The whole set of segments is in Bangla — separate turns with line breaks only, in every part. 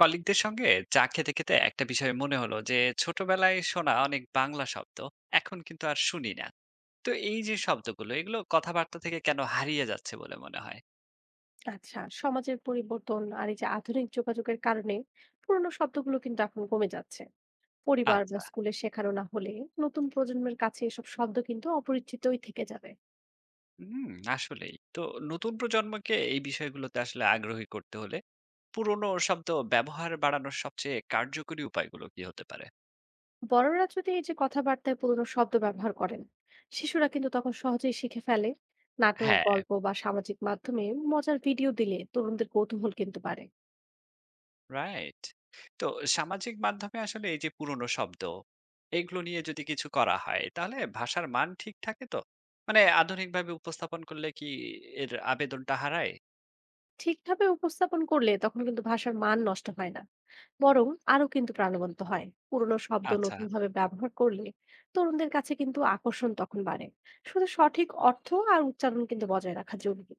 কলিগদের সঙ্গে চা খেতে খেতে একটা বিষয় মনে হলো যে ছোটবেলায় শোনা অনেক বাংলা শব্দ এখন কিন্তু আর শুনি না। তো এই যে শব্দগুলো এগুলো কথাবার্তা থেকে কেন হারিয়ে যাচ্ছে বলে মনে হয়?
আচ্ছা, সমাজের পরিবর্তন আর এই যে আধুনিক যোগাযোগের কারণে পুরোনো শব্দগুলো কিন্তু এখন কমে যাচ্ছে। পরিবার বা
আচ্ছা।
স্কুলে শেখানো না হলে নতুন প্রজন্মের কাছে এসব শব্দ কিন্তু অপরিচিতই থেকে যাবে।
হুম। আসলেই তো। নতুন প্রজন্মকে এই বিষয়গুলোতে আসলে আগ্রহী করতে হলে পুরনো শব্দ ব্যবহার বাড়ানোর সবচেয়ে কার্যকরী উপায়গুলো কি হতে পারে?
বড়রা যদি এই যে কথাবার্তায় পুরোনো শব্দ ব্যবহার করেন, শিশুরা কিন্তু তখন সহজেই শিখে ফেলে। নাটক,
হ্যাঁ।
গল্প বা সামাজিক মাধ্যমে মজার ভিডিও দিলে তরুণদের কৌতূহল কিন্তু বাড়ে।
রাইট। তো সামাজিক মাধ্যমে আসলে এই যে পুরনো শব্দ, এগুলো নিয়ে যদি কিছু করা হয়, তাহলে ভাষার মান ঠিক থাকে তো? মানে আধুনিকভাবে উপস্থাপন করলে কি এর আবেদনটা হারায়?
ঠিকভাবে উপস্থাপন করলে তখন কিন্তু ভাষার মান নষ্ট হয় না, বরং আরো কিন্তু প্রাণবন্ত হয় পুরনো শব্দ
আচ্ছা,
নতুনভাবে ব্যবহার করলে। তরুণদের কাছে কিন্তু আকর্ষণ তখন বাড়ে। শুধু সঠিক অর্থ আর উচ্চারণ কিন্তু বজায় রাখা জরুরি।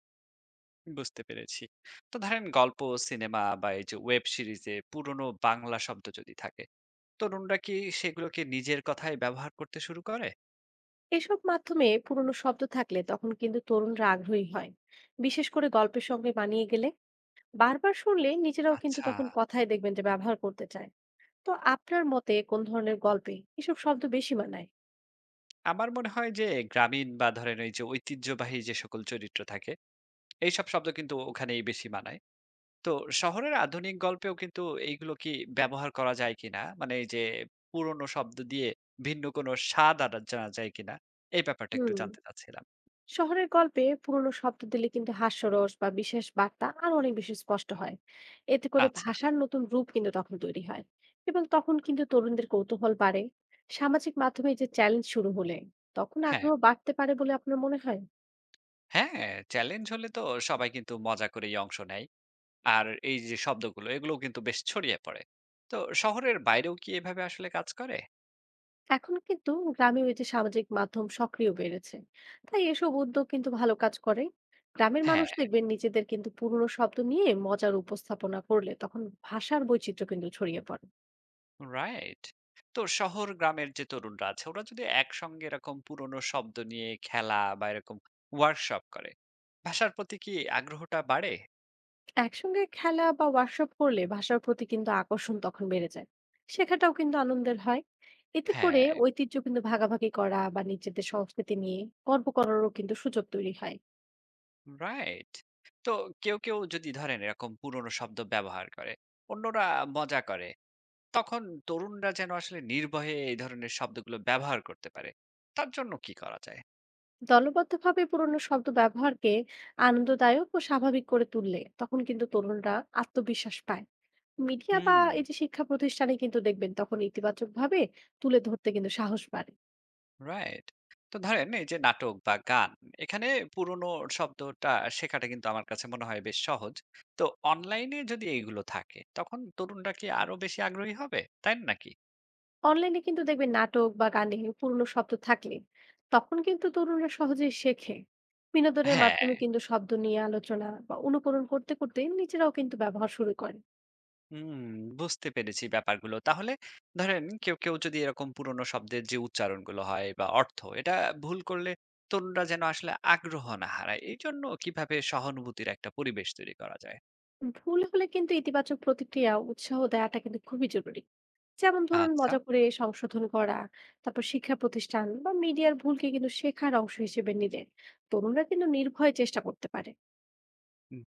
বুঝতে পেরেছি। তো ধরেন গল্প, সিনেমা বা এই যে ওয়েব সিরিজে পুরনো বাংলা শব্দ যদি থাকে, তরুণরা কি সেগুলোকে নিজের কথায় ব্যবহার করতে শুরু করে?
এসব মাধ্যমে পুরনো শব্দ থাকলে তখন কিন্তু তরুণরা আগ্রহী হয়, বিশেষ করে গল্পের সঙ্গে মানিয়ে গেলে। বারবার শুনলে নিজেরাও কিন্তু
আচ্ছা,
তখন কথায় দেখবেন যে ব্যবহার করতে চায়। তো আপনার মতে কোন ধরনের গল্পে এসব শব্দ বেশি মানায়?
আমার মনে হয় যে গ্রামীণ বা ধরেন ওই যে ঐতিহ্যবাহী যে সকল চরিত্র থাকে, এইসব শব্দ কিন্তু ওখানেই বেশি মানায়। তো শহরের আধুনিক গল্পেও কিন্তু এইগুলো কি ব্যবহার করা যায় কিনা? মানে এই যে পুরনো শব্দ দিয়ে ভিন্ন কোনো স্বাদ আনা জানা যায় কিনা? এই ব্যাপারটা একটু
হুম,
জানতে চাচ্ছিলাম।
শহরের গল্পে পুরনো শব্দ দিলে কিন্তু হাস্যরস বা বিশেষ বার্তা আর অনেক বেশি স্পষ্ট হয়। এতে করে
আচ্ছা,
ভাষার নতুন রূপ কিন্তু তখন তৈরি হয় এবং তখন কিন্তু তরুণদের কৌতূহল বাড়ে। সামাজিক মাধ্যমে এই যে চ্যালেঞ্জ শুরু হলে তখন
হ্যাঁ।
আগ্রহ বাড়তে পারে বলে আপনার মনে হয়।
হ্যাঁ, চ্যালেঞ্জ হলে তো সবাই কিন্তু মজা করেই অংশ নেয়। আর এই যে শব্দগুলো এগুলোও কিন্তু বেশ ছড়িয়ে পড়ে। তো শহরের বাইরেও কি এভাবে আসলে কাজ করে?
এখন কিন্তু গ্রামে ওই যে সামাজিক মাধ্যম সক্রিয় বেড়েছে, তাই এসব উদ্যোগ কিন্তু ভালো কাজ করে। গ্রামের মানুষ
হ্যাঁ।
দেখবেন নিজেদের কিন্তু পুরনো শব্দ নিয়ে মজার উপস্থাপনা করলে তখন ভাষার বৈচিত্র্য কিন্তু ছড়িয়ে পড়ে।
রাইট। তো শহর গ্রামের যে তরুণরা আছে ওরা যদি একসঙ্গে এরকম পুরনো শব্দ নিয়ে খেলা বা এরকম ওয়ার্কশপ করে ভাষার প্রতি কি আগ্রহটা বাড়ে?
একসঙ্গে খেলা বা ওয়ার্কশপ করলে ভাষার প্রতি কিন্তু আকর্ষণ তখন বেড়ে যায়। শেখাটাও কিন্তু আনন্দের হয়। এতে করে
হ্যাঁ,
ঐতিহ্য কিন্তু ভাগাভাগি করা বা নিজেদের সংস্কৃতি নিয়ে গর্ব করারও কিন্তু সুযোগ তৈরি হয়।
রাইট। তো কেউ যদি ধরেন এরকম পুরনো শব্দ ব্যবহার করে, অন্যরা মজা করে, তখন তরুণরা যেন আসলে নির্ভয়ে এই ধরনের শব্দগুলো ব্যবহার করতে পারে, তার জন্য কি করা যায়?
দলবদ্ধভাবে পুরনো শব্দ ব্যবহারকে আনন্দদায়ক ও স্বাভাবিক করে তুললে তখন কিন্তু তরুণরা আত্মবিশ্বাস পায়। মিডিয়া বা
হুম।
এই যে শিক্ষা প্রতিষ্ঠানে কিন্তু দেখবেন তখন ইতিবাচক ভাবে তুলে ধরতে কিন্তু সাহস বাড়ে।
রাইট। তো ধরেন এই যে নাটক বা গান এখানে পুরনো শব্দটা শেখাটা কিন্তু আমার কাছে মনে হয় বেশ সহজ। তো অনলাইনে যদি এইগুলো থাকে তখন তরুণরা কি আরো বেশি আগ্রহী হবে, তাই না নাকি?
অনলাইনে কিন্তু দেখবেন নাটক বা গানে পুরনো শব্দ থাকলে তখন কিন্তু তরুণরা সহজেই শেখে। বিনোদনের
হ্যাঁ,
মাধ্যমে কিন্তু শব্দ নিয়ে আলোচনা বা অনুকরণ করতে করতে নিজেরাও কিন্তু ব্যবহার শুরু করে।
হুম। বুঝতে পেরেছি ব্যাপারগুলো। তাহলে ধরেন কেউ যদি এরকম পুরনো শব্দের যে উচ্চারণগুলো হয় বা অর্থ এটা ভুল করলে তরুণরা যেন আসলে আগ্রহ না হারায়। এজন্য কিভাবে সহানুভূতির একটা পরিবেশ তৈরি করা যায়?
ভুল হলে কিন্তু ইতিবাচক প্রতিক্রিয়া ও উৎসাহ দেওয়াটা কিন্তু খুবই জরুরি, যেমন ধরুন
আচ্ছা।
মজা করে সংশোধন করা। তারপর শিক্ষা প্রতিষ্ঠান বা মিডিয়ার ভুলকে কিন্তু শেখার অংশ হিসেবে নিলে তরুণরা কিন্তু নির্ভয়ে চেষ্টা করতে পারে।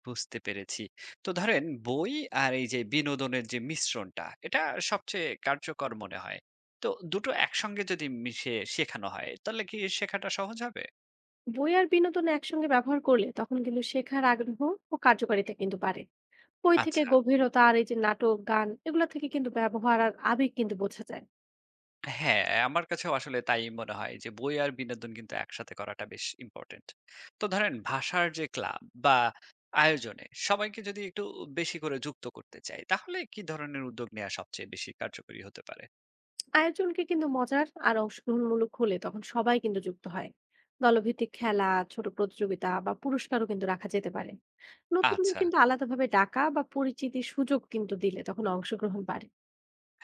বুঝতে পেরেছি। তো ধরেন বই আর এই যে বিনোদনের যে মিশ্রণটা, এটা সবচেয়ে কার্যকর মনে হয়। তো দুটো একসঙ্গে যদি মিশে শেখানো হয়, তাহলে কি শেখাটা সহজ হবে?
বই আর বিনোদন একসঙ্গে ব্যবহার করলে তখন কিন্তু শেখার আগ্রহ ও কার্যকারিতা কিন্তু বাড়ে। বই থেকে
আচ্ছা।
গভীরতা আর এই যে নাটক, গান এগুলা থেকে কিন্তু ব্যবহার আর আবেগ কিন্তু বোঝা যায়।
হ্যাঁ, আমার কাছেও আসলে তাই মনে হয় যে বই আর বিনোদন কিন্তু একসাথে করাটা বেশ ইম্পর্টেন্ট। তো ধরেন ভাষার যে ক্লাব বা আয়োজনে সবাইকে যদি একটু বেশি করে যুক্ত করতে চাই, তাহলে কি ধরনের উদ্যোগ নেওয়া সবচেয়ে বেশি কার্যকরী হতে পারে?
আয়োজনকে কিন্তু মজার আর অংশগ্রহণমূলক হলে তখন সবাই কিন্তু যুক্ত হয়। দলভিত্তিক খেলা, ছোট প্রতিযোগিতা বা পুরস্কারও কিন্তু রাখা যেতে পারে। নতুনদের
আচ্ছা।
কিন্তু আলাদাভাবে ডাকা বা পরিচিতির সুযোগ কিন্তু দিলে তখন অংশগ্রহণ বাড়ে।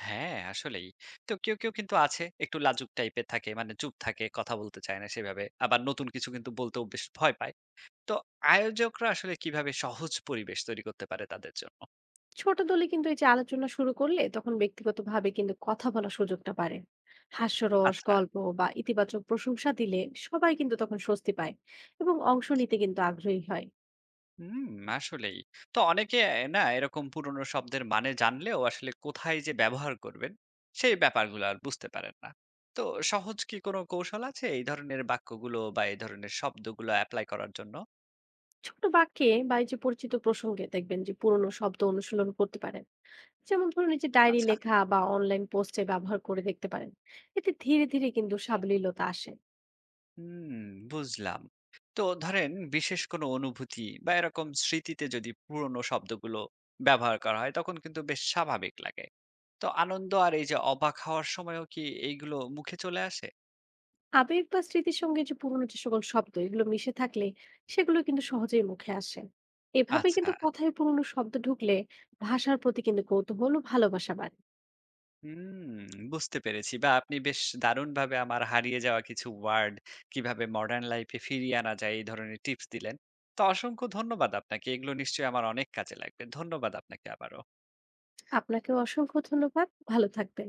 হ্যাঁ, আসলেই। তো কেউ কিন্তু আছে একটু লাজুক টাইপের থাকে। মানে চুপ থাকে, কথা বলতে চায় না সেভাবে। আবার নতুন কিছু কিন্তু বলতেও বেশ ভয় পায়। তো আয়োজকরা আসলে কিভাবে সহজ পরিবেশ তৈরি করতে পারে তাদের জন্য?
ছোট দলে কিন্তু এই যে আলোচনা শুরু করলে তখন ব্যক্তিগতভাবে কিন্তু কথা বলার সুযোগটা বাড়ে। হাস্যরস,
আচ্ছা,
গল্প বা ইতিবাচক প্রশংসা দিলে সবাই কিন্তু তখন স্বস্তি পায় এবং অংশ নিতে কিন্তু আগ্রহী হয়।
হুম, আসলেই। তো অনেকে না এরকম পুরনো শব্দের মানে জানলেও আসলে কোথায় যে ব্যবহার করবেন, সেই ব্যাপারগুলো আর বুঝতে পারেন না। তো সহজ কি কোনো কৌশল আছে এই ধরনের বাক্যগুলো বা এই ধরনের শব্দগুলো এপ্লাই করার জন্য?
ছোট বাক্যে বা এই যে পরিচিত প্রসঙ্গে দেখবেন যে পুরনো শব্দ অনুশীলন করতে পারেন। যেমন ধরুন এই যে ডায়েরি
আচ্ছা।
লেখা বা অনলাইন পোস্টে ব্যবহার করে দেখতে পারেন। এতে ধীরে ধীরে কিন্তু সাবলীলতা আসে।
হুম, বুঝলাম। তো ধরেন বিশেষ কোনো অনুভূতি বা এরকম স্মৃতিতে যদি পুরনো শব্দগুলো ব্যবহার করা হয় তখন কিন্তু বেশ স্বাভাবিক লাগে। তো আনন্দ আর এই যে অবাক হওয়ার সময়ও কি এইগুলো মুখে চলে আসে?
আবেগ বা স্মৃতির সঙ্গে যে পুরনো যে সকল শব্দ এগুলো মিশে থাকলে সেগুলো কিন্তু সহজেই মুখে আসে। এভাবে
আচ্ছা,
কিন্তু কথায় পুরনো শব্দ ঢুকলে ভাষার প্রতি কিন্তু কৌতূহল ও ভালোবাসা বাড়ে।
হুম, বুঝতে পেরেছি বা আপনি বেশ দারুণভাবে আমার হারিয়ে যাওয়া কিছু ওয়ার্ড কিভাবে মডার্ন লাইফে ফিরিয়ে আনা যায় এই ধরনের টিপস দিলেন। তো অসংখ্য ধন্যবাদ আপনাকে। এগুলো নিশ্চয়ই আমার অনেক কাজে লাগবে। ধন্যবাদ আপনাকে আবারও।
আপনাকেও অসংখ্য ধন্যবাদ, ভালো থাকবেন।